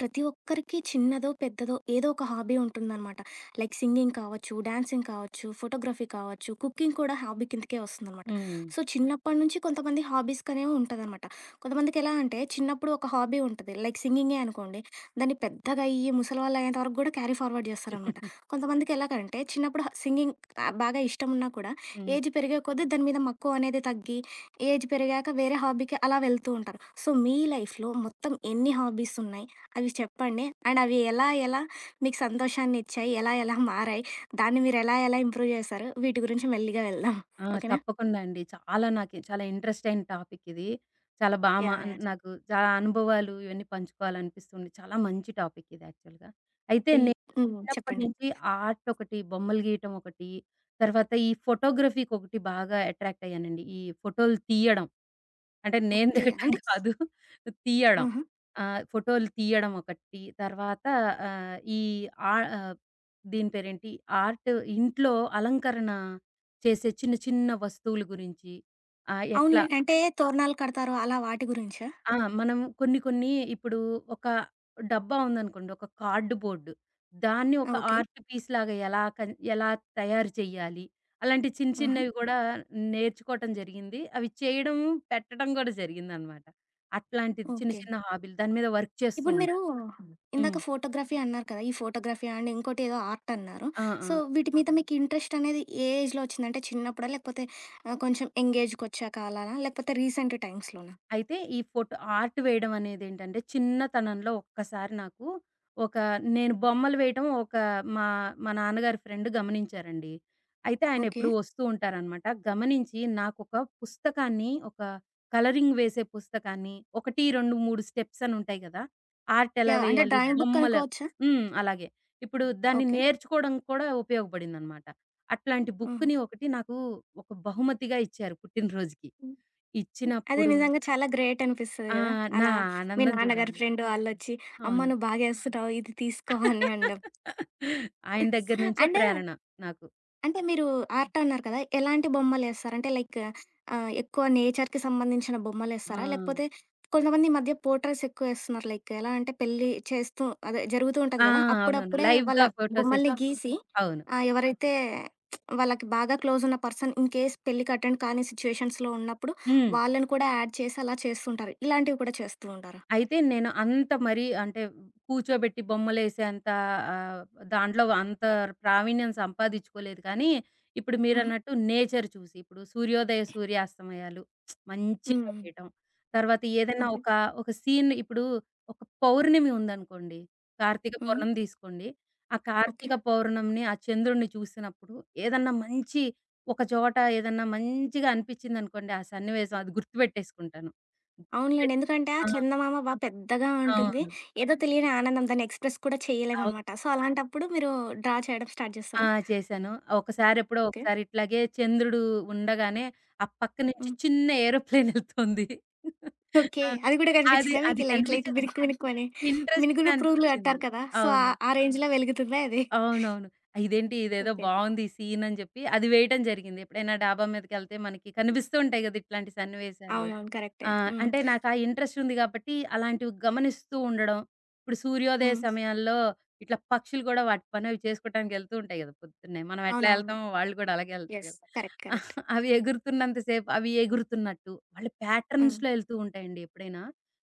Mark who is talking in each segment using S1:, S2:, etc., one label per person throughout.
S1: ప్రతి ఒక్కరికి చిన్నదో, పెద్దదో ఏదో ఒక హాబీ ఉంటుందనమాట. లైక్ సింగింగ్ కావచ్చు, డాన్సింగ్ కావచ్చు, ఫోటోగ్రఫీ కావచ్చు, కుకింగ్ కూడా హాబీ కిందకే వస్తుందనమాట.
S2: హ్మ్.
S1: సో, చిన్నప్పటి నుంచి కొంతమంది హాబీస్‌కనేవి ఉంటదనమాట. కొంతమందికి ఎలా అంటే చిన్నప్పుడు ఒక హాబీ ఉంటది. లైక్ సింగింగే అనుకోండి. దాన్ని పెద్దగా అయ్యి ముసలివాళ్ళు అయ్యేంత వరకు కూడా క్యారీ ఫార్వర్డ్ చేస్తారనమాట. కొంతమందికి ఎలాగంటే చిన్నప్పుడు సింగింగ్ బాగా ఇష్టమున్నా కూడా
S2: హ్మ్.
S1: ఏజ్ పెరిగే కొద్దీ దాని మీద మక్కువ అనేది తగ్గి, ఏజ్ పెరిగాక వేరే హాబీకి అలా వెళ్తూ ఉంటారు. సో, మీ లైఫ్‌లో మొత్తం ఎన్ని హాబీస్ ఉన్నాయి? అవి చెప్పండి. అండ్ అవి ఎలా ఎలా మీకు సంతోషాన్నిచ్చాయి? ఎలా ఎలా మారాయి? దాన్ని మీరెలా ఎలా ఎలా ఇంప్రూవ్ చేశారు? వీటి గురించి మెల్లిగా వెళ్దాం.
S2: ఆ!
S1: ఓకేనా?
S2: తప్పకుండా అండి. నాకు చాలా ఇంట్రెస్ట్ అయిన టాపిక్ ఇది. చాలా బా మా
S1: యాహ్! యాహ్!
S2: నాకు చాలా అనుభవాలు ఇవన్నీ పంచుకోవాలనిపిస్తుంది. చాలా మంచి టాపిక్ ఇది యాక్చువల్‌గా. అయితే
S1: ఈ
S2: నేను
S1: హ్మ్.
S2: చిన్నప్పటి
S1: చెప్పండి.
S2: నుంచి ఆర్ట్ ఒకటి, బొమ్మలు గీయటం ఒకటి, తర్వాత ఈ ఫోటోగ్రఫీకి ఒకటి బాగా అట్రాక్ట్ అయ్యానండి. ఈ ఫోటోలు తీయడం. అంటే నేను
S1: ఓకే.
S2: దిగటం
S1: అంటే
S2: కాదు, తీయడం.
S1: ఆహా!
S2: ఫోటోలు తీయడం ఒకటి. తర్వాత ఆహ్, ఈ ఆ ఆహ్, దీని పేరేంటి, ఆర్ట్, ఇంట్లో అలంకరణ చేసే చిన్న చిన్న వస్తువుల గురించి. ఆహ్, ఎట్లా
S1: అవునులేండి. అంటే తోరణాలు కడతారు అలా వాటి గురించా?
S2: ఆ! మనం కొన్ని కొన్ని ఇప్పుడు ఒక డబ్బా ఉందనుకోండి, ఒక కార్డ్ బోర్డ్. దాన్ని
S1: ఆ!
S2: ఒక
S1: ఓకే.
S2: ఆర్ట్ పీస్‌లాగా ఎలా తయారు చేయాలి? అలాంటి చిన్న
S1: ఆహా!
S2: చిన్నవి కూడా నేర్చుకోవటం జరిగింది. అవి చేయడం, పెట్టడం కూడా జరిగిందనమాట. అట్లాంటిది చిన్న
S1: ఓకే.
S2: చిన్న హాబీలు, దాని మీద వర్క్ చేస్తూ
S1: ఇప్పుడు మీరు
S2: ఉంటా. హ్మ్.
S1: ఇందాక ఫోటోగ్రఫీ అన్నారు కదా! ఈ ఫోటోగ్రఫీ అండ్ ఇంకోటి ఏదో ఆర్ట్ అన్నారు.
S2: ఆ! ఆ!
S1: సో, వీటి మీద మీకు ఇంట్రెస్ట్ అనేది ఏజ్‌లో వచ్చింది? అంటే చిన్నప్పుడా? లేకపోతే కొంచెం ఎంగేజ్‌కొచ్చాక అలానా? లేకపోతే రీసెంట్ టైమ్స్‌లోనా?
S2: అయితే ఈ ఫోటో ఆర్ట్ వేయడం అనేదేంటంటే, చిన్నతనంలో ఒక్కసారి నాకు ఒక నేను బొమ్మలు వేయటం, ఒక మా మా నాన్నగారి ఫ్రెండ్ గమనించారండి. అయితే
S1: ఓకే.
S2: ఆయనెప్పుడూ వస్తూ ఉంటారనమాట. గమనించి నాకొక పుస్తకాన్ని, ఒక కలరింగ్ వేసే పుస్తకాన్ని, 1, 2, 3 స్టెప్స్ అనుంటాయి గదా! ఆర్ట్ ఎలా
S1: యాహ్! అంటే
S2: వేయాలి,
S1: డ్రాయింగ్ బుక్
S2: బొమ్మలు.
S1: అనుకోవచ్చా?
S2: హ్మ్. అలాగే. ఇప్పుడు దాన్ని
S1: ఓకే.
S2: నేర్చుకోవడం కూడా ఉపయోగపడిందనమాట. అట్లాంటి
S1: హుహు.
S2: బుక్కుని ఒకటి నాకు ఒక బహుమతిగా ఇచ్చారు పుట్టినరోజుకి.
S1: అది
S2: ఇచ్చినప్పుడు
S1: నిజంగా చాలా గ్రేట్ అనిపిస్తది
S2: ఆ!
S1: గదా!
S2: నా
S1: అలా మీ
S2: ఆనందం
S1: నాన్నగారి
S2: జూడాలి.
S1: ఫ్రెండ్ వాళ్ళొచ్చి, "అమ్మ
S2: అవును.
S1: నువ్వు బాగా ఏస్తున్నావు ఇది తీసుకో" అని అనడం.
S2: ఆయన దగ్గర నుంచే
S1: అంటే
S2: ప్రేరణ నాకు.
S1: అంటే మీరు ఆర్ట్ అన్నారు కదా! ఎలాంటి బొమ్మలేస్తారు? అంటే లైక్ ఎక్కువ నేచర్‌కి సంబంధించిన
S2: ఆ!
S1: బొమ్మలేస్తారా? లేకపోతే కొంతమంది ఈ మధ్య పోర్ట్రేట్స్ ఎక్కువేస్తున్నారు. లైక్ ఎలా అంటే పెళ్లి చేస్తూ అదే జరుగుతూ ఉంటది
S2: ఆ!
S1: గదా!
S2: అవునవును.
S1: అప్పుడప్పుడే వాళ్ళ
S2: లైవ్‌గా
S1: బొమ్మల్ని
S2: ఫోటోసేసారు.
S1: గీసి
S2: అవును.
S1: ఎవరైతే వాళ్ళకి బాగా క్లోజున్న పర్సన్ ఇన్ కేస్ పెళ్ళికి అటెండ్ కాని సిచ్యుయేషన్స్‌లో ఉన్నప్పుడు
S2: హ్మ్.
S1: వాళ్ళని కూడా యాడ్ చేసి అలా చేస్తుంటారు. ఇలాంటివి కూడా చేస్తూ ఉంటారా?
S2: అయితే నేను అంత మరీ అంటే కూర్చోబెట్టి బొమ్మలేసేంత ఆహ్, దాంట్లో అంత ప్రావీణ్యం సంపాదించుకోలేదు. కానీ ఇప్పుడు
S1: హుహు.
S2: మీరన్నట్టు నేచర్ చూసి, ఇప్పుడు సూర్యోదయ, సూర్యాస్తమయాలు మంచిగా
S1: హ్మ్.
S2: వేయటం. తర్వాత ఏదైనా
S1: ఓకే.
S2: ఒక, ఒక సీన్, ఇప్పుడు ఒక పౌర్ణమి ఉందనుకోండి. కార్తీక
S1: హ్మ్.
S2: పౌర్ణమి తీసుకోండి. ఆ
S1: ఓకే.
S2: కార్తీక పౌర్ణమిని, ఆ చంద్రుడిని చూసినప్పుడు ఏదన్నా మంచి ఒక చోట ఏదన్నా మంచిగా అనిపించిందనుకోండి. ఆ సన్నివేశం అది గుర్తుపెట్టేసుకుంటాను. గుర్తుపెట్
S1: అవునులెండి. ఎందుకంటే ఆ
S2: ఆ!
S1: చందమామ బా పెద్దగా ఉంటుంది.
S2: అవును.
S1: ఏదో తెలియని ఆనందం దాన్ని ఎక్స్‌ప్రెస్ కూడా
S2: అవును.
S1: చేయలేమనమాట. సో, అలాంటప్పుడు మీరు డ్రా చేయడం స్టార్ట్
S2: ఆ!
S1: చేస్తారా?
S2: చేశాను. ఒకసారి, ఎప్పుడో
S1: ఓకే.
S2: ఒకసారి ఇట్లాగే చంద్రుడు ఉండగానే, ఆ పక్క నుంచి
S1: హ్మ్.
S2: చిన్న ఏరోప్లేన్ ఎళ్తుంది.
S1: ఓకే.
S2: ఆ!
S1: అది కూడా
S2: అది
S1: కనిపించిందా
S2: అది
S1: మీకు లైట్ లైట్
S2: కనిపించేది బా
S1: బిరుకు బిరుకు అని? మినుగులు,
S2: ఇంట్రెస్టింగ్‌గా
S1: పురుగులు
S2: అనిపించింది.
S1: అంటారు కదా! సో, ఆ
S2: అవును.
S1: ఆ రేంజ్‌లో వెలుగుతుందా అది?
S2: అవునవును. "ఆ, ఇదేంటి, ఇదేదో
S1: ఓకే.
S2: బావుంది ఈ సీన్" అని జెప్పి అది వేయటం జరిగింది. ఎప్పుడైనా డాబా మీదకెళ్తే మనకి కనిపిస్తూ ఉంటాయి గదా ఇట్లాంటి సన్నివేశాలు.
S1: అవునవును. కరెక్టే.
S2: ఆ!
S1: హ్మ్.
S2: అంటే నాకా ఇంట్రెస్ట్ ఉంది గాబట్టి అలాంటివి గమనిస్తూ ఉండడం. ఇప్పుడు సూర్యోదయ
S1: హ్మ్.
S2: సమయాల్లో ఇట్లా పక్షులు గూడా వాటి పని అవి చేసుకోవటానికి ఎళ్తూ ఉంటాయి గదా, పొద్దున్నే. మనం ఎట్లా
S1: అవునవును.
S2: ఎళ్తామో వాళ్ళు గూడా అలాగే ఎళ్తారు
S1: యెస్.
S2: గదా!
S1: కరెక్ట్. కరెక్ట్.
S2: అవి ఎగురుతున్నంత సేపు అవి ఎగురుతున్నట్టు వాళ్ళ
S1: హ్మ్.
S2: ప్యాటర్న్స్‌లో ఎళ్తూ ఉంటాయండి ఎప్పుడైనా.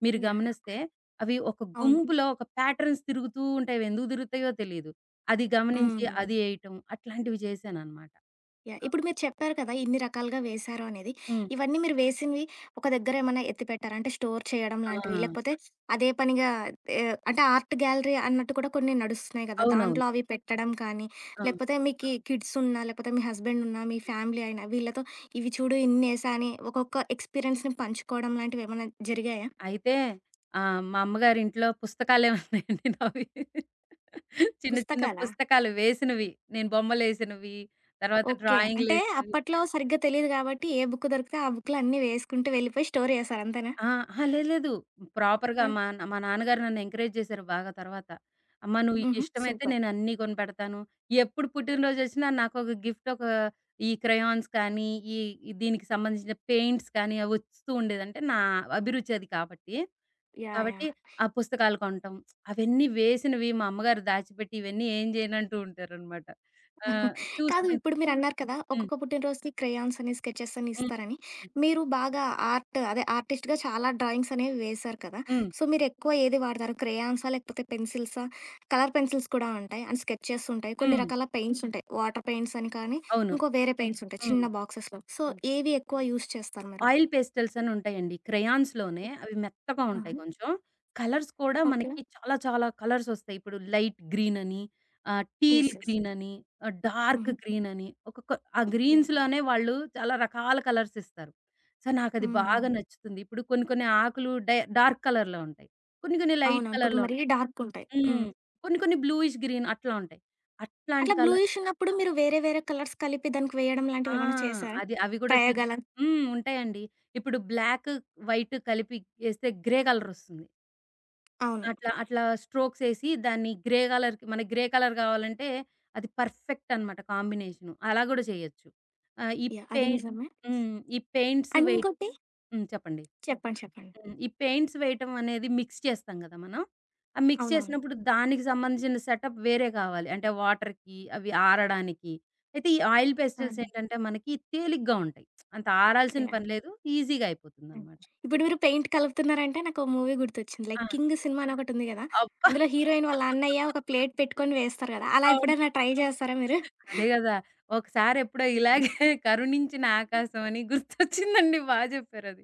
S2: మీరు
S1: యాహ్!
S2: గమనిస్తే అవి ఒక
S1: అవును.
S2: గుంపులో ఒక ప్యాటర్న్స్ తిరుగుతూ ఉంటాయి. అవెందుకు తిరుగుతాయో తెలీదు. అది గమనించి
S1: హ్మ్.
S2: అది ఏయటం, అట్లాంటివి చేశాననమాట.
S1: యాహ్! ఇప్పుడు మీరు చెప్పారు కదా! ఇన్ని రకాలుగా వేశారు అనేది.
S2: హ్మ్.
S1: ఇవన్నీ మీరు వేసినవి ఒక దగ్గర ఏమన్నా ఎత్తిపెట్టారా? అంటే స్టోర్ చేయడం
S2: ఆ!
S1: లాంటివి లేకపోతే అదే పనిగా అంటే ఆర్ట్ గ్యాలరీ అన్నట్టు కూడా కొన్ని నడుస్తున్నాయి కదా!
S2: అవునవును.
S1: దాంట్లో అవి పెట్టడం కానీ,
S2: ఆ!
S1: లేకపోతే మీకి కిడ్స్ ఉన్నా, లేకపోతే మీ హస్బెండ్ ఉన్నా, మీ ఫ్యామిలీ అయినా వీళ్ళతో ఇవి చూడు ఇన్నేసా అని ఒక్కొక్క ఎక్స్‌పీరియన్స్‌ని పంచుకోవడం లాంటివి ఏమన్నా జరిగాయా?
S2: అయితే మా అమ్మగారింట్లో పుస్తకాలే ఉన్నాయండి నావి. చిన్న చిన్న
S1: పుస్తకాలా?
S2: పుస్తకాలు వేసినవి. నేను బొమ్మలేసినవి, తర్వాత
S1: ఓకే. అంటే
S2: డ్రాయింగులేసినవి.
S1: అప్పట్లో సరిగ్గా తెలీదు కాబట్టి ఏ బుక్ దొరికితే ఆ బుక్‌లో అన్నీ వేసుకుంటూ వెళ్ళిపోయి స్టోర్ చేశారు అంతేనా?
S2: ఆ! అహా! లేదు లేదు. ప్రాపర్‌గా
S1: ఆ!
S2: మా మా నాన్నగారు నన్ను ఎంకరేజ్ చేశారు బాగా తర్వాత. "అమ్మ నువ్వు,
S1: హుహు.
S2: నీకిష్టమైతే
S1: సూపర్.
S2: నేను అన్నీ కొనిపెడతాను. ఎప్పుడు పుట్టినరోజొచ్చినా నాకొక గిఫ్ట్, ఒక ఈ క్రయాన్స్ కానీ, ఈ దీనికి సంబంధించిన పెయింట్స్ కానీ అవొస్తూ ఉండేది." అంటే నా అభిరుచి అది కాబట్టి.
S1: యాహ్!
S2: కాబట్టి
S1: యాహ్!
S2: ఆ పుస్తకాలు కొనటం, అవన్నీ వేసినవి మా అమ్మగారు దాచిపెట్టి ఇవన్నీ ఏం చేయనంటూ ఉంటారనమాట. హ్మ్. ఆహ్,
S1: కాదు
S2: చూసుకుం
S1: ఇప్పుడు మీరన్నారు కదా!
S2: హ్మ్.
S1: ఒక్కొక్క పుట్టినరోజుకి క్రేయాన్స్ అని, స్కెచెస్ అని
S2: హ్మ్.
S1: ఇస్తారని.
S2: హ్మ్.
S1: మీరు బాగా ఆర్ట్ అదే ఆర్టిస్ట్‌గా చాలా డ్రాయింగ్స్ అనేవి వేశారు కదా!
S2: హ్మ్.
S1: సో, మీరెక్కువ ఏది వాడతారు? క్రేయాన్సా? లేకపోతే పెన్సిల్సా? కలర్ పెన్సిల్స్ కూడా ఉంటాయి. అండ్ స్కెచెస్ ఉంటాయి. కొన్ని
S2: హ్మ్.
S1: రకాల పెయింట్స్ ఉంటాయి. వాటర్ పెయింట్స్ అని కానీ,
S2: అవును.
S1: ఇంకో వేరే పెయింట్స్ ఉంటాయి
S2: హ్మ్.
S1: చిన్న బాక్సెస్‌లో. సో,
S2: హ్మ్.
S1: ఏవి ఎక్కువ యూజ్ చేస్తారు మీరు?
S2: ఆయిల్ పేస్టల్స్ అని ఉంటాయండి. క్రేయాన్స్‌లోనే అవి మెత్తగా ఉంటాయి
S1: ఆహా!
S2: కొంచెం. కలర్స్ కూడా
S1: ఓకే.
S2: మనకి చాలా చాలా కలర్స్ ఒస్తాయి. ఇప్పుడు లైట్ గ్రీన్ అని, టీల్
S1: యెస్. యెస్.
S2: గ్రీన్ అని, డార్క్
S1: హుహు.
S2: గ్రీన్ అని, ఒక్కొక్క ఆ
S1: యాహ్!
S2: గ్రీన్స్‌లోనే వాళ్ళు చాలా రకాల కలర్స్ ఇస్తారు. సో, నాకది
S1: హ్మ్. హ్మ్.
S2: బాగా నచ్చుతుంది. ఇప్పుడు కొన్ని కొన్ని ఆకులు డై డార్క్ కలర్‌లో ఉంటాయి. కొన్ని కొన్ని లైట్
S1: అవునవును. కొన్ని
S2: కలర్‌లో
S1: మరీ
S2: ఉంటాయి.
S1: డార్కుంటాయి.
S2: హ్మ్.
S1: హ్మ్.
S2: కొన్ని కొన్ని బ్లూయిష్ గ్రీన్ అట్లా ఉంటాయి. అట్లాంటి
S1: అట్లా
S2: కలర్
S1: బ్లూయిష్ ఉన్నప్పుడు మీరు వేరే వేరే కలర్స్ కలిపి దానికి వేయడం
S2: ఆ!
S1: లాంటివేమైనా చేశారా?
S2: అవి గూడా ట్రిక్
S1: ప్రయోగాల
S2: హ్మ్. ఉంటాయండి. ఇప్పుడు బ్లాక్, వైట్ కలిపి ఏస్తే గ్రే కలరొస్తుంది.
S1: అవును.
S2: అట్లా అట్లా స్ట్రోక్స్ ఏసి దాన్ని గ్రే కలర్‌కి, మనకి గ్రే కలర్ గావాలంటే అది పర్ఫెక్ట్ అన్నమాట కాంబినేషను. అలా గూడా చేయొచ్చు. ఆహ్, ఈ
S1: యాహ్! అది
S2: పెయి
S1: నిజమే.
S2: హ్మ్. ఈ పెయింట్స్
S1: అండ్
S2: వెయి
S1: ఇంకోటి
S2: హ్మ్. చెప్పండి.
S1: చెప్పండి.
S2: హ్మ్. ఈ పెయింట్స్ వేయటం అనేది మిక్స్ చేస్తాం గదా మనం. ఆ మిక్స్
S1: అవునవును.
S2: చేసినప్పుడు దానికి సంబంధించిన సెటప్ వేరే కావాలి. అంటే వాటర్‌కి, అవి ఆరడానికి. అయితే ఈ ఆయిల్
S1: ఆ!
S2: పేస్టల్స్ ఏంటంటే మనకి తేలిగ్గా ఉంటాయి. అంత ఆరాల్సిన
S1: యాహ్!
S2: పని లేదు. ఈజీగా
S1: హ్మ్.
S2: అయిపోతుందనమాట.
S1: ఇప్పుడు మీరు పెయింట్ కలుపుతున్నారంటే నాకో మూవీ గుర్తొచ్చింది. లైక్
S2: ఆ!
S1: 'కింగ్' సినిమా అని ఒకటుంది గదా!
S2: అబ్బా!
S1: అందులో హీరోయిన్ వాళ్ళ అన్నయ్య ఒక ప్లేట్ పెట్టుకొని వేస్తారు గదా! అలా
S2: అవును.
S1: ఎప్పుడైనా ట్రై చేస్తారా మీరు?
S2: అదే గదా! ఒకసారి ఎప్పుడో ఇలాగే కరుణించిన ఆకాశం అని గుర్తొచ్చిందండి. బా జెప్పారది.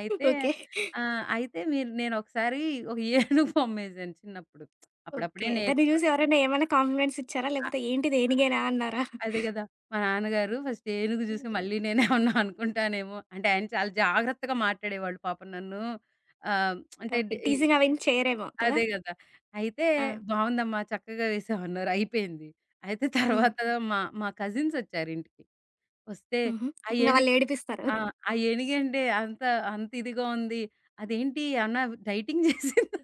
S2: అయితే
S1: ఓకే.
S2: ఆ! అయితే మీరు, నేను ఒకసారి ఒక ఏనుగు బొమ్మేసాను చిన్నప్పుడు. అప్పుడప్పుడే
S1: ఓకే. దాన్ని
S2: నేర్చుకున్నా.
S1: చూసి ఎవరైనా ఏమైనా కాంప్లిమెంట్స్ ఇచ్చారా? లేకపోతే ఏంటిది ఏనిగేనా అన్నారా?
S2: అదే గదా! మా నాన్నగారు ఫస్ట్ ఏనుగు జూసి మళ్ళీ నేనేమన్నా అనుకుంటానేమో అంటే ఆయన చాలా జాగ్రత్తగా మాట్లాడేవాళ్ళు పాపం నన్ను. ఆహ్, అంటే
S1: ఓకే.
S2: డి ఈ
S1: టీజింగ్ అవేం చేయరేమో కదా!
S2: అదే గదా! అయితే,
S1: ఆ!
S2: "బావుందమ్మా చక్కగా వేశావన్నారు", అయిపోయింది. అయితే
S1: హ్మ్.
S2: తర్వాత మా మా కజిన్సొచ్చారింటికి. వస్తే,
S1: హుహు.
S2: "ఆ
S1: ఇంగ
S2: ఏనుగు
S1: వాళ్ళేడిపిస్తారు.
S2: ఆ! ఆ ఏనుగేంటి అంత అంత ఇదిగా ఉంది. అదేంటి, ఏమన్నా డైటింగ్ చేసిందా?"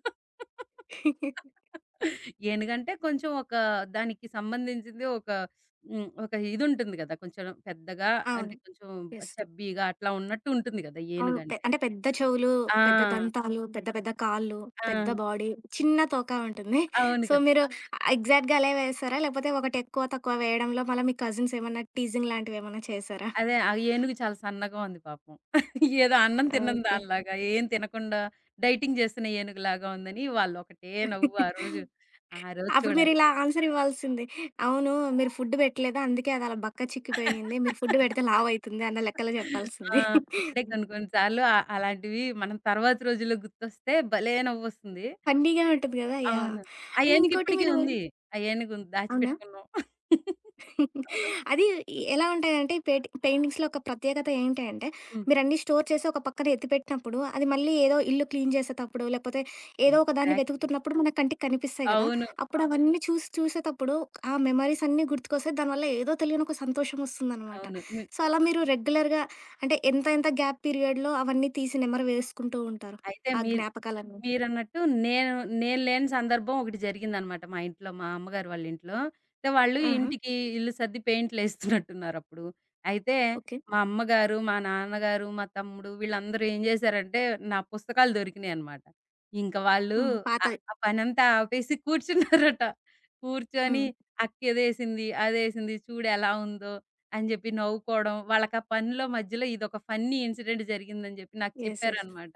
S2: ఏనుగంటే కొంచెం ఒక దానికి సంబంధించింది ఒక హ్మ్. ఒక ఇదుంటుంది కదా, కొంచెం పెద్దగా. అంటే
S1: అవును.
S2: కొంచెం
S1: యెస్.
S2: చబ్బీగా అట్లా ఉన్నట్టు ఉంటుంది కదా,
S1: అవును.
S2: ఏనుగంటే.
S1: అంటే పెద్ద చెవులు, పెద్ద
S2: ఆ!
S1: దంతాలు, పెద్ద పెద్ద కాళ్ళు,
S2: ఆ!
S1: పెద్ద బాడీ, చిన్న తోక ఉంటుంది.
S2: అవును
S1: సో,
S2: కదా!
S1: మీరు ఎగ్జాక్ట్‌గా అలాగే వేశారా? లేకపోతే ఒకటి ఎక్కువ, తక్కువ వేయడంలో మళ్ళా మీ కజిన్స్ ఏమన్నా టీజింగ్ లాంటివేమన్నా చేశారా?
S2: అదే ఆ ఏనుగు చాలా సన్నగా ఉంది పాపం. ఏదో అన్నం తిన్నని
S1: ఓకే.
S2: దానిలాగా, ఏం తినకుండా డైటింగ్ చేస్తున్న ఏనుగులాగా ఉందని వాళ్ళొకటే నవ్వు ఆ రోజు. ఆ రోజు
S1: అప్పుడు
S2: చూడాలి.
S1: మీరిలా ఆన్సర్ ఇవ్వాల్సింది. అవును. మీరు ఫుడ్ పెట్టలేదు. అందుకే అదలా బక్క చిక్కిపోయింది. మీరు ఫుడ్ పెడితే లావయితుంది అన్న లెక్కలో
S2: ఆ!
S1: చెప్పాల్సింది.
S2: అంటే కొన్ని కొన్ని సార్లు అలాంటివి మనం తర్వాత రోజుల్లో గుర్తొస్తే భలే నవ్వొస్తుంది.
S1: ఫన్నీగా ఉంటుంది గదా! యాహ్!
S2: అవును. ఆ
S1: అండ్
S2: ఏనుగు
S1: ఇంకోటి
S2: ఇప్పటికి
S1: మీరు
S2: ఉంది. ఆ ఏనుగు ఉంది.
S1: అవునా?
S2: దాచిపెట్టుకున్నాం.
S1: అది ఎలా ఉంటాయంటే పెయింటింగ్స్‌లో ఒక ప్రత్యేకత ఏంటి అంటే,
S2: హ్మ్.
S1: మీరన్నీ స్టోర్ చేసి ఒక పక్కన ఎత్తిపెట్టినప్పుడు, అది మళ్ళీ ఏదో ఇల్లు క్లీన్ చేసేటప్పుడు, లేకపోతే ఏదో ఒక దాన్ని
S2: ఎగ్జాక్ట్‌లీ.
S1: వెతుకుతున్నప్పుడు మన కంటికి కనిపిస్తాయి కదా!
S2: అవును.
S1: అప్పుడు అవన్నీ చూసేటప్పుడు ఆ మెమోరీస్ అన్నీ గుర్తుకొస్తాయి. దానివల్ల ఏదో తెలియని ఒక సంతోషం వస్తుందనమాట.
S2: అవును. మీ
S1: సో, అలా మీరు రెగ్యులర్‌గా అంటే ఎంత ఎంత గ్యాప్ పీరియడ్‌లో అవన్నీ తీసి నెమరు వేసుకుంటూ ఉంటారు.
S2: అయితే
S1: ఆ
S2: మీరు
S1: జ్ఞాపకాలన్నీ.
S2: మీరన్నట్టు నేను నేను లేని సందర్భం ఒకటి జరిగిందనమాట మా ఇంట్లో. మా అమ్మగారు వాళ్ళ ఇంట్లో. అయితే వాళ్ళు
S1: ఆహా!
S2: ఇంటికి ఇల్లు సర్ది పెయింట్‌లేస్తున్నట్టున్నారప్పుడు. అయితే
S1: ఓకే.
S2: మా అమ్మగారు, మా నాన్నగారు, మా తమ్ముడు వీళ్ళందరూ ఏం జేశారంటే, నా పుస్తకాలు దొరికినాయనమాట. ఇంక వాళ్ళు
S1: హ్మ్.
S2: ఆ
S1: పాతవి.
S2: ఆ పనంతా ఆపేసి కూర్చున్నారట. కూర్చొని
S1: హ్మ్.
S2: అక్కిదేసింది, అదేసింది, చూడెలా ఉందో అని జెప్పి నవ్వుకోవడం. వాళ్ళకా పనిలో మధ్యలో ఇదొక ఫన్నీ ఇన్సిడెంట్ జరిగిందని జెప్పి నాకు
S1: యెస్. యెస్.
S2: చెప్పారనమాట.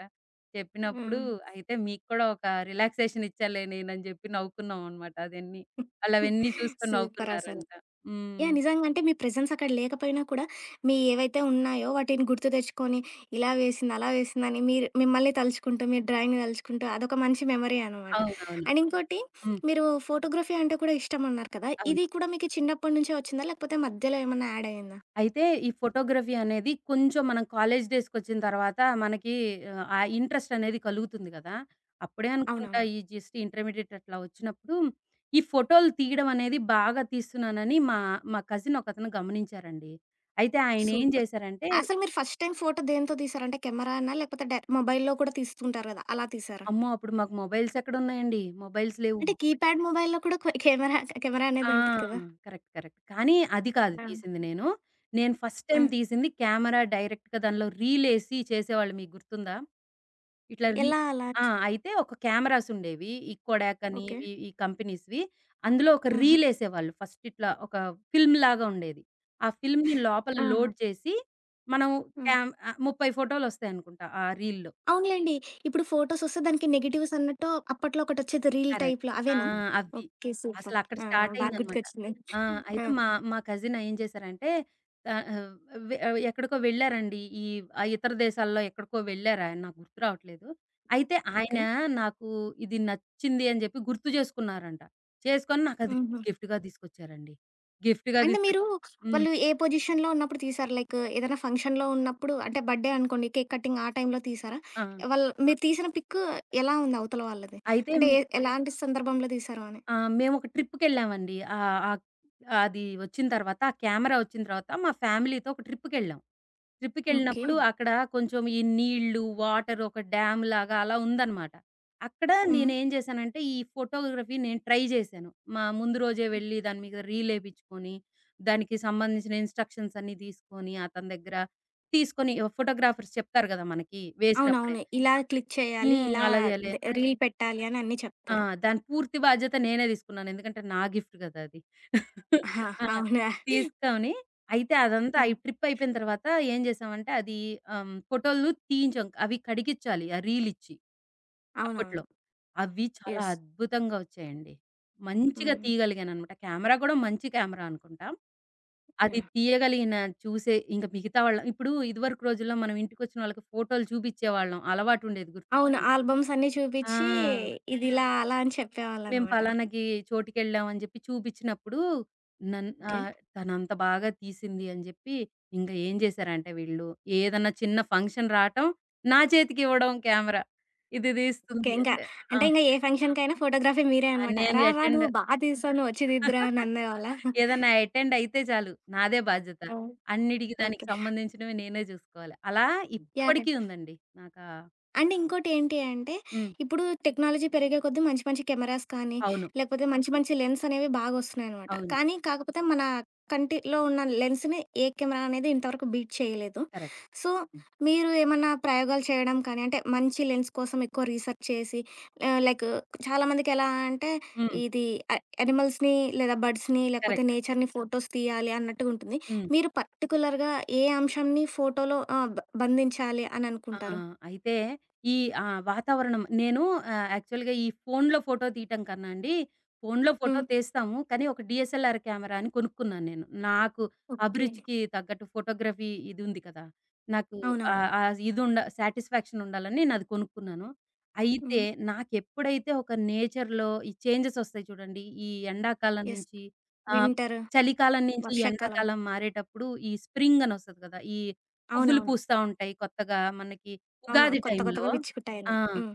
S2: చెప్పినప్పుడు,
S1: హ్మ్.
S2: అయితే మీకు కూడా ఒక రిలాక్సేషన్ ఇచ్చాలే నేనని జెప్పి నవ్వుకున్నాం అన్నమాట. అదన్నీ. ఆళ్ళవన్నీ చూసుకొని
S1: సూపర్ అసలు.
S2: నవ్వుకున్నారంట. హ్మ్.
S1: యాహ్! నిజంగా అంటే మీ ప్రెజెన్స్ అక్కడ లేకపోయినా కూడా, మీ ఏవైతే ఉన్నాయో వాటిని గుర్తు తెచ్చుకొని, ఇలా వేసింది, అలా వేసిందని మీరు మిమ్మల్ని తలుచుకుంటూ, మీ డ్రాయింగ్‌ని తలుచుకుంటూ అదొక మంచి మెమరీ అనమాట.
S2: అవునవును.
S1: అండ్ ఇంకోటి
S2: హ్మ్.
S1: మీరు ఫోటోగ్రఫీ అంటే కూడా ఇష్టం అన్నారు కదా!
S2: అవును.
S1: ఇది కూడా మీకు చిన్నప్పటి నుంచే వచ్చిందా? లేకపోతే మధ్యలో ఏమన్నా యాడ్ అయిందా?
S2: అయితే ఈ ఫోటోగ్రఫీ అనేది కొంచెం మనం కాలేజ్ డేస్‌కొచ్చిన తర్వాత మనకి ఆ ఇంట్రెస్ట్ అనేది కలుగుతుంది గదా! అప్పుడే అనుకుంటా
S1: అవునవును.
S2: ఈ జస్ట్ ఇంటర్మీడియేట్ అట్లా వచ్చినప్పుడు ఈ ఫోటోలు తీయడం అనేది బాగా తీస్తున్నానని మా మా కజిన్ ఒకతను గమనించారండి. అయితే ఆయన ఏం
S1: సూపర్.
S2: జేశారంటే,
S1: అసలు మీరు ఫస్ట్ టైమ్ ఫోటో దేంతో తీసారు? అంటే కెమెరానా? లేకపోతే డై మొబైల్‌లో కూడా తీస్తుంటారు కదా! అలా తీసారా?
S2: అమ్మో! అప్పుడు మాకు మొబైల్స్ ఎక్కడున్నాయండి? మొబైల్స్ లేవు.
S1: అంటే కీప్యాడ్ మొబైల్‌లో కూడా కెమెరా కెమెరా
S2: ఆ!
S1: అనేది ఉంటది కదా!
S2: కరెక్ట్. కరెక్ట్. కానీ అది కాదు
S1: ఆ!
S2: తీసింది నేను. నేను ఫస్ట్
S1: ఆ!
S2: టైమ్ తీసింది కెమెరా, డైరెక్ట్‌గా దానిలో రీలేసి చేసేవాళ్ళు, మీకు గుర్తుందా? ఇట్లా రీ
S1: ఎలా అలా?
S2: ఆ! అయితే ఒక కెమెరాస్ ఉండేవి. ఈ కొడాక్ అని,
S1: ఓకే.
S2: ఇవి ఈ కంపెనీస్‌వి. అందులో ఒక
S1: ఆహా!
S2: రీలేసేవాళ్ళు. ఫస్ట్ ఇట్లా ఒక ఫిల్మ్‌లాగా ఉండేది. ఆ ఫిల్మ్‌ని లోపల
S1: ఆహా!
S2: లోడ్ చేసి మనం
S1: ఆ!
S2: 30 ఫోటోలొస్తాయనుకుంటా ఆ రీల్‌లో.
S1: అవునులెండి. ఇప్పుడు ఫోటోసొస్తే దానికి నెగెటివ్స్ అన్నట్టు అప్పట్లో ఒకటొచ్చేది రీల్
S2: కరెక్ట్.
S1: టైప్‌లో
S2: ఆ!
S1: అవేనా? హ్మ్.
S2: అవి.
S1: ఓకే. సూపర్.
S2: అసలక్కడ
S1: ఆ! బా
S2: స్టార్టయిందనమాట.
S1: గుర్తుకొచ్చింది.
S2: ఆ!
S1: ఆ!
S2: అయితే మా మా కజిన్ ఏం చేశారంటే ఆహ్, ఆహ్, వె ఎక్కడికో వెళ్ళారండి. ఆ ఇతర దేశాల్లో ఎక్కడికో వెళ్లారాయన. నాకు గుర్తు రావట్లేదు. అయితే ఆయన
S1: ఓకే.
S2: నాకు, ఇది నచ్చింది అని చెప్పి గుర్తు చేసుకున్నారంట. చేసుకొని నాకది
S1: హుహు.
S2: గిఫ్ట్‌గా తీసుకొచ్చారండి. గిఫ్ట్‌గా
S1: అంటే మీరు
S2: తీసుకొచ్చి హ్మ్.
S1: వాళ్ళు ఏ పొజిషన్‌లో ఉన్నప్పుడు తీశారు? లైక్ ఏదైనా ఫంక్షన్‌లో ఉన్నప్పుడు అంటే బర్త్‌డే అనుకోండి, కేక్ కటింగ్ ఆ టైంలో తీశారా?
S2: ఆ!
S1: వాళ్ళు మీరు తీసిన పిక్ ఎలా ఉంది అవతల వాళ్ళది?
S2: అయితే
S1: అంటే
S2: మే
S1: ఎలాంటి సందర్భంలో తీశారు అని?
S2: ఆ! మేమొక ట్రిప్‌కెళ్ళామండి. ఆహ్, ఆహ్, అది వచ్చిన తర్వాత, ఆ కెమెరా వచ్చిన తర్వాత మా ఫ్యామిలీతో ఒక ట్రిప్‌కెళ్ళాం.
S1: ఓకే.
S2: ట్రిప్‌కెళ్ళినప్పుడు అక్కడ కొంచెం ఈ నీళ్ళు, వాటర్, ఒక డ్యామ్ లాగా అలా ఉందనమాట. అక్కడ
S1: హ్మ్.
S2: నేనేం చేశానంటే, ఈ ఫోటోగ్రఫీ నేను ట్రై చేశాను. మా ముందు రోజే వెళ్ళి దాని మీద రీలేపించుకొని, దానికి సంబంధించిన ఇన్‌స్ట్రక్షన్స్ అన్నీ తీసుకొని, అతని దగ్గర తీసుకొని, ఫోటోగ్రాఫర్స్ చెప్తారు కదా మనకి వేసినప్పుడే.
S1: అవునవును. ఇలా క్లిక్ చేయాలి,
S2: హ్మ్.
S1: ఇలా
S2: అలా చేయాలి అని.
S1: రీల్ పెట్టాలి అని అన్నీ
S2: ఆ!
S1: చెప్తారు.
S2: దాని పూర్తి బాధ్యత నేనే తీసుకున్నాను. ఎందుకంటే నా గిఫ్ట్ కదా అది.
S1: ఆహా!
S2: ఆ!
S1: అవునా?
S2: తీసుకొని అయితే అదంతా అయి
S1: హ్మ్.
S2: ట్రిప్ అయిపోయిన తర్వాత ఏం చేసామంటే అది ఫోటోలు తీయించాం. అవి కడిగిచ్చాలి, ఆ రీల్ ఇచ్చి,
S1: అవునవును.
S2: అప్పట్లో. అవి చాలా
S1: యెస్.
S2: అద్భుతంగా వచ్చాయండి. మంచిగా
S1: హ్మ్.
S2: తీయగలిగాననమాట. కెమెరా కూడా మంచి కెమెరా అనుకుంటా. అది
S1: యాహ్!
S2: తీయగలిగిన, చూసే ఇంక మిగతా వాళ్ళ, ఇప్పుడు ఇదివరకు రోజుల్లో మనం ఇంటికొచ్చిన వాళ్ళకి ఫోటోలు చూపించేవాళ్ళం. అలవాటుండేది గుర్తుందా
S1: అవును.
S2: మీకు?
S1: ఆల్బమ్స్ అన్నీ
S2: ఆ!
S1: చూపిచ్చి ఇదిలా, అలా అని
S2: మేము
S1: చెప్పేవాళ్ళనమాట.
S2: పలానాకి, చోటికెళ్ళాం అని జెప్పి చూపిచ్చినప్పుడు నన్
S1: ఓకే.
S2: ఆహ్, తనంత బాగా తీసింది అని జెప్పి ఇంక ఏం జేశారంటే వీళ్ళు, ఏదన్నా చిన్న ఫంక్షన్ రాటం, నా చేతికివ్వడం కెమెరా. ఇది
S1: ఓకే.
S2: దీస్తుంది
S1: ఇంక
S2: అంటే ఆ!
S1: అంటే ఇంక ఏ ఫంక్షన్‌కైనా ఫోటోగ్రఫీ మీరే
S2: ఆ!
S1: అనమాట.
S2: నేను
S1: "రా, రా
S2: అటెండ్
S1: నువ్వు బా తీసావు. నువ్వొచ్చి దిద్దురా" అని అనేవాళ్ళా?
S2: ఏదన్నా అటెండ్ అయితే చాలు నాదే బాధ్యత.
S1: ఆ!
S2: అన్నిటికి దానికి
S1: ఓకే.
S2: సంబంధించినవి నేనే జూసుకోవాలి. అలా
S1: యాహ్!
S2: ఇప్పటికీ ఉందండి. నాకా
S1: అండ్ ఇంకోటేంటి అంటే,
S2: హ్మ్.
S1: ఇప్పుడు టెక్నాలజీ పెరిగే కొద్దీ మంచి మంచి కెమెరాస్ కానీ,
S2: అవును.
S1: లేకపోతే మంచి మంచి లెన్స్ అనేవి బాగొస్తున్నాయనమాట.
S2: అవును.
S1: కానీ, కాకపోతే మన కంటిలో ఉన్న లెన్స్‌ని ఏ కెమెరా అనేది ఇంతవరకు బీట్ చేయలేదు.
S2: కరెక్ట్.
S1: సో, హ్మ్. మీరు ఏమన్నా ప్రయోగాలు చేయడం కానీ, అంటే మంచి లెన్స్ కోసం ఎక్కువ రీసెర్చ్ చేసి లైక్ చాలామందికెలా అంటే,
S2: హ్మ్.
S1: ఇది అ యానిమల్స్‌ని లేదా బర్డ్స్‌ని లేకపోతే
S2: కరెక్ట్.
S1: నేచర్‌ని ఫోటోస్ తీయాలి అన్నట్టుగుంటుంది.
S2: హ్మ్.
S1: మీరు పర్టిక్యులర్‌గా ఏ అంశంని ఫోటోలో బంధించాలి
S2: ఆ!
S1: అననుకుంటారు?
S2: అయితే ఈ వాతావరణం, నేను యాక్చువల్‌గా ఈ ఫోనులో ఫోటో తీయటం కన్నా అండి, ఫోనులో ఫోటో
S1: హ్మ్.
S2: తీస్తాము. కానీ ఒక డీఎస్ఎల్ఆర్ కెమెరా అని కొనుక్కున్నాను నేను. నాకు
S1: ఓకే.
S2: అభిరుచికి తగ్గట్టు ఫోటోగ్రఫీ ఇది ఉంది కదా! నాకు
S1: అవునవును.
S2: ఆహ్, ఆహ్, ఇది ఉండ సాటిస్ఫాక్షన్ ఉండాలని నేనది కొనుక్కున్నాను. అయితే
S1: హ్మ్.
S2: నాకెప్పుడైతే ఒక నేచర్‌లో ఈ చేంజెస్ వస్తాయి చూడండి. ఈ ఎండాకాలం
S1: యెస్.
S2: నుంచి, ఆహ్,
S1: వింటర్,
S2: చలికాలం నుంచి
S1: వర్షాకాలం.
S2: ఎండాకాలం మారేటప్పుడు ఈ స్ప్రింగ్ అని వస్తది కదా! ఈ పువ్వులు
S1: అవునవును.
S2: పూస్తా ఉంటాయి కొత్తగా మనకి
S1: అవును.
S2: ఉగాది
S1: కొత్త
S2: టైంలో.
S1: కొత్తగా
S2: ఆ!
S1: విచ్చుకుటాయన్ని. హ్మ్.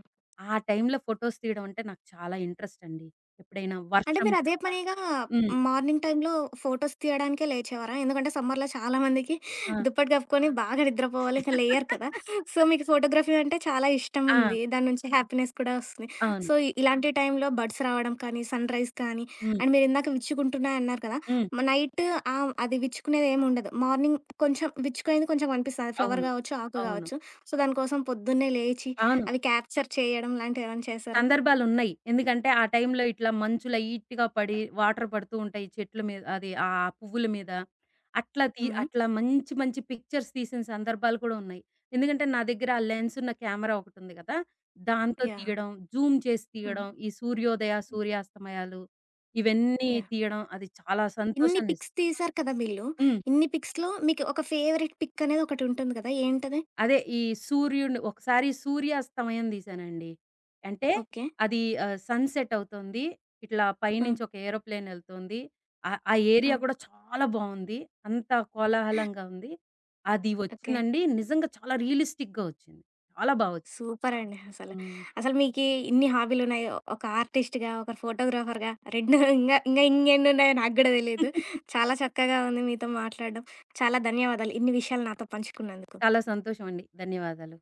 S2: ఆ టైంలో ఫోటోస్ తీయడం అంటే నాకు చాలా ఇంట్రెస్ట్ అండి. ఎప్పుడైనా
S1: అంటే
S2: వర్షం
S1: మీరు అదే పనిగా
S2: హ్మ్.
S1: మార్నింగ్ టైంలో ఫోటోస్ తీయడానికే లేచేవారా? ఎందుకంటే సమ్మర్‌లో చాలా మందికి
S2: ఆ!
S1: దుప్పటి కప్పుకొని బాగా నిద్రపోవాలి. ఇక లేయరు కదా! సో, మీకు ఫోటోగ్రఫీ అంటే చాలా ఇష్టం
S2: ఆ!
S1: ఉంది. దాని నుంచి హ్యాపీనెస్ కూడా వస్తుంది.
S2: అవును.
S1: సో, ఇలాంటి టైంలో బర్డ్స్ రావడం కానీ, సన్‌రైజ్ కానీ
S2: హ్మ్.
S1: అండ్ మీరిందాక విచ్చుకుంటున్నా అన్నారు కదా!
S2: హ్మ్.
S1: నైట్ అది విచ్చుకునేది ఏమి ఉండదు. మార్నింగ్ కొంచెం విచ్చుకునేది కొంచెం కనిపిస్తది. అది ఫ్లవర్
S2: అవును.
S1: కావచ్చు, ఆకు
S2: అవును.
S1: కావచ్చు. సో, దాని కోసం పొద్దున్నే లేచి
S2: అవును.
S1: అవి క్యాప్చర్ చేయడం లాంటివి ఏమైనా చేశారా?
S2: సందర్భాలున్నయి. ఎందుకంటే, ఆ టైంలో ఇట్లా మంచుల ఈట్‌గా పడి, వాటర్ పడుతూ ఉంటాయి చెట్ల మీద, అది ఆ పువ్వుల మీద.
S1: హ్మ్.
S2: అట్లా మంచి మంచి పిక్చర్స్ తీసిన సందర్భాలు కూడా ఉన్నాయి. ఎందుకంటే, నా దగ్గర ఆ లెన్స్ ఉన్న కెమెరా ఒకటుంది కదా! దాంతో
S1: యాహ్!
S2: తీయడం, జూమ్ చేసి
S1: హ్మ్.
S2: తీయడం, ఈ సూర్యోదయ, సూర్యాస్తమయాలు ఇవన్నీ
S1: యాహ్!
S2: తీయడం, అది చాలా
S1: ఇన్ని పిక్స్ తీశారు కదా వీళ్ళు.
S2: హ్మ్.
S1: ఇన్ని పిక్స్‌లో మీకు ఒక ఫేవరెట్ పిక్ అనేది ఒకటుంటుంది కదా! ఏంటది?
S2: అదే ఈ సూర్యుడిని ఒకసారి సూర్యాస్తమయం తీశానండి. అంటే
S1: ఓకే.
S2: అది సన్‌సెట్ అవుతుంది. ఇట్లా
S1: హ్మ్.
S2: పైనుంచి ఒక ఏరోప్లేన్ ఎళ్తుంది. ఆ ఏరియా
S1: హ్మ్.
S2: కూడా చాలా బావుంది. అంతా కోలాహలంగా ఉంది. అది
S1: ఓకే.
S2: వచ్చిందండి. నిజంగా చాలా రియలిస్టిక్‌గా వచ్చింది. చాలా బా వచ్చింది.
S1: సూపరండి అసలు.
S2: హ్మ్.
S1: అసలు మీకీ ఇన్ని హాబీలున్నాయి. ఒక ఆర్టిస్ట్‌గా, ఒక ఫోటోగ్రాఫర్‌గా 2 ఇంగా ఇంగా ఇంగెన్నున్నాయో నాకు గూడా తెలీదు. చాలా చక్కగా ఉంది మీతో మాట్లాడడం. చాలా ధన్యవాదాలు ఇన్ని విషయాలు నాతో పంచుకున్నందుకు.
S2: చాలా సంతోషమండి. ధన్యవాదాలు.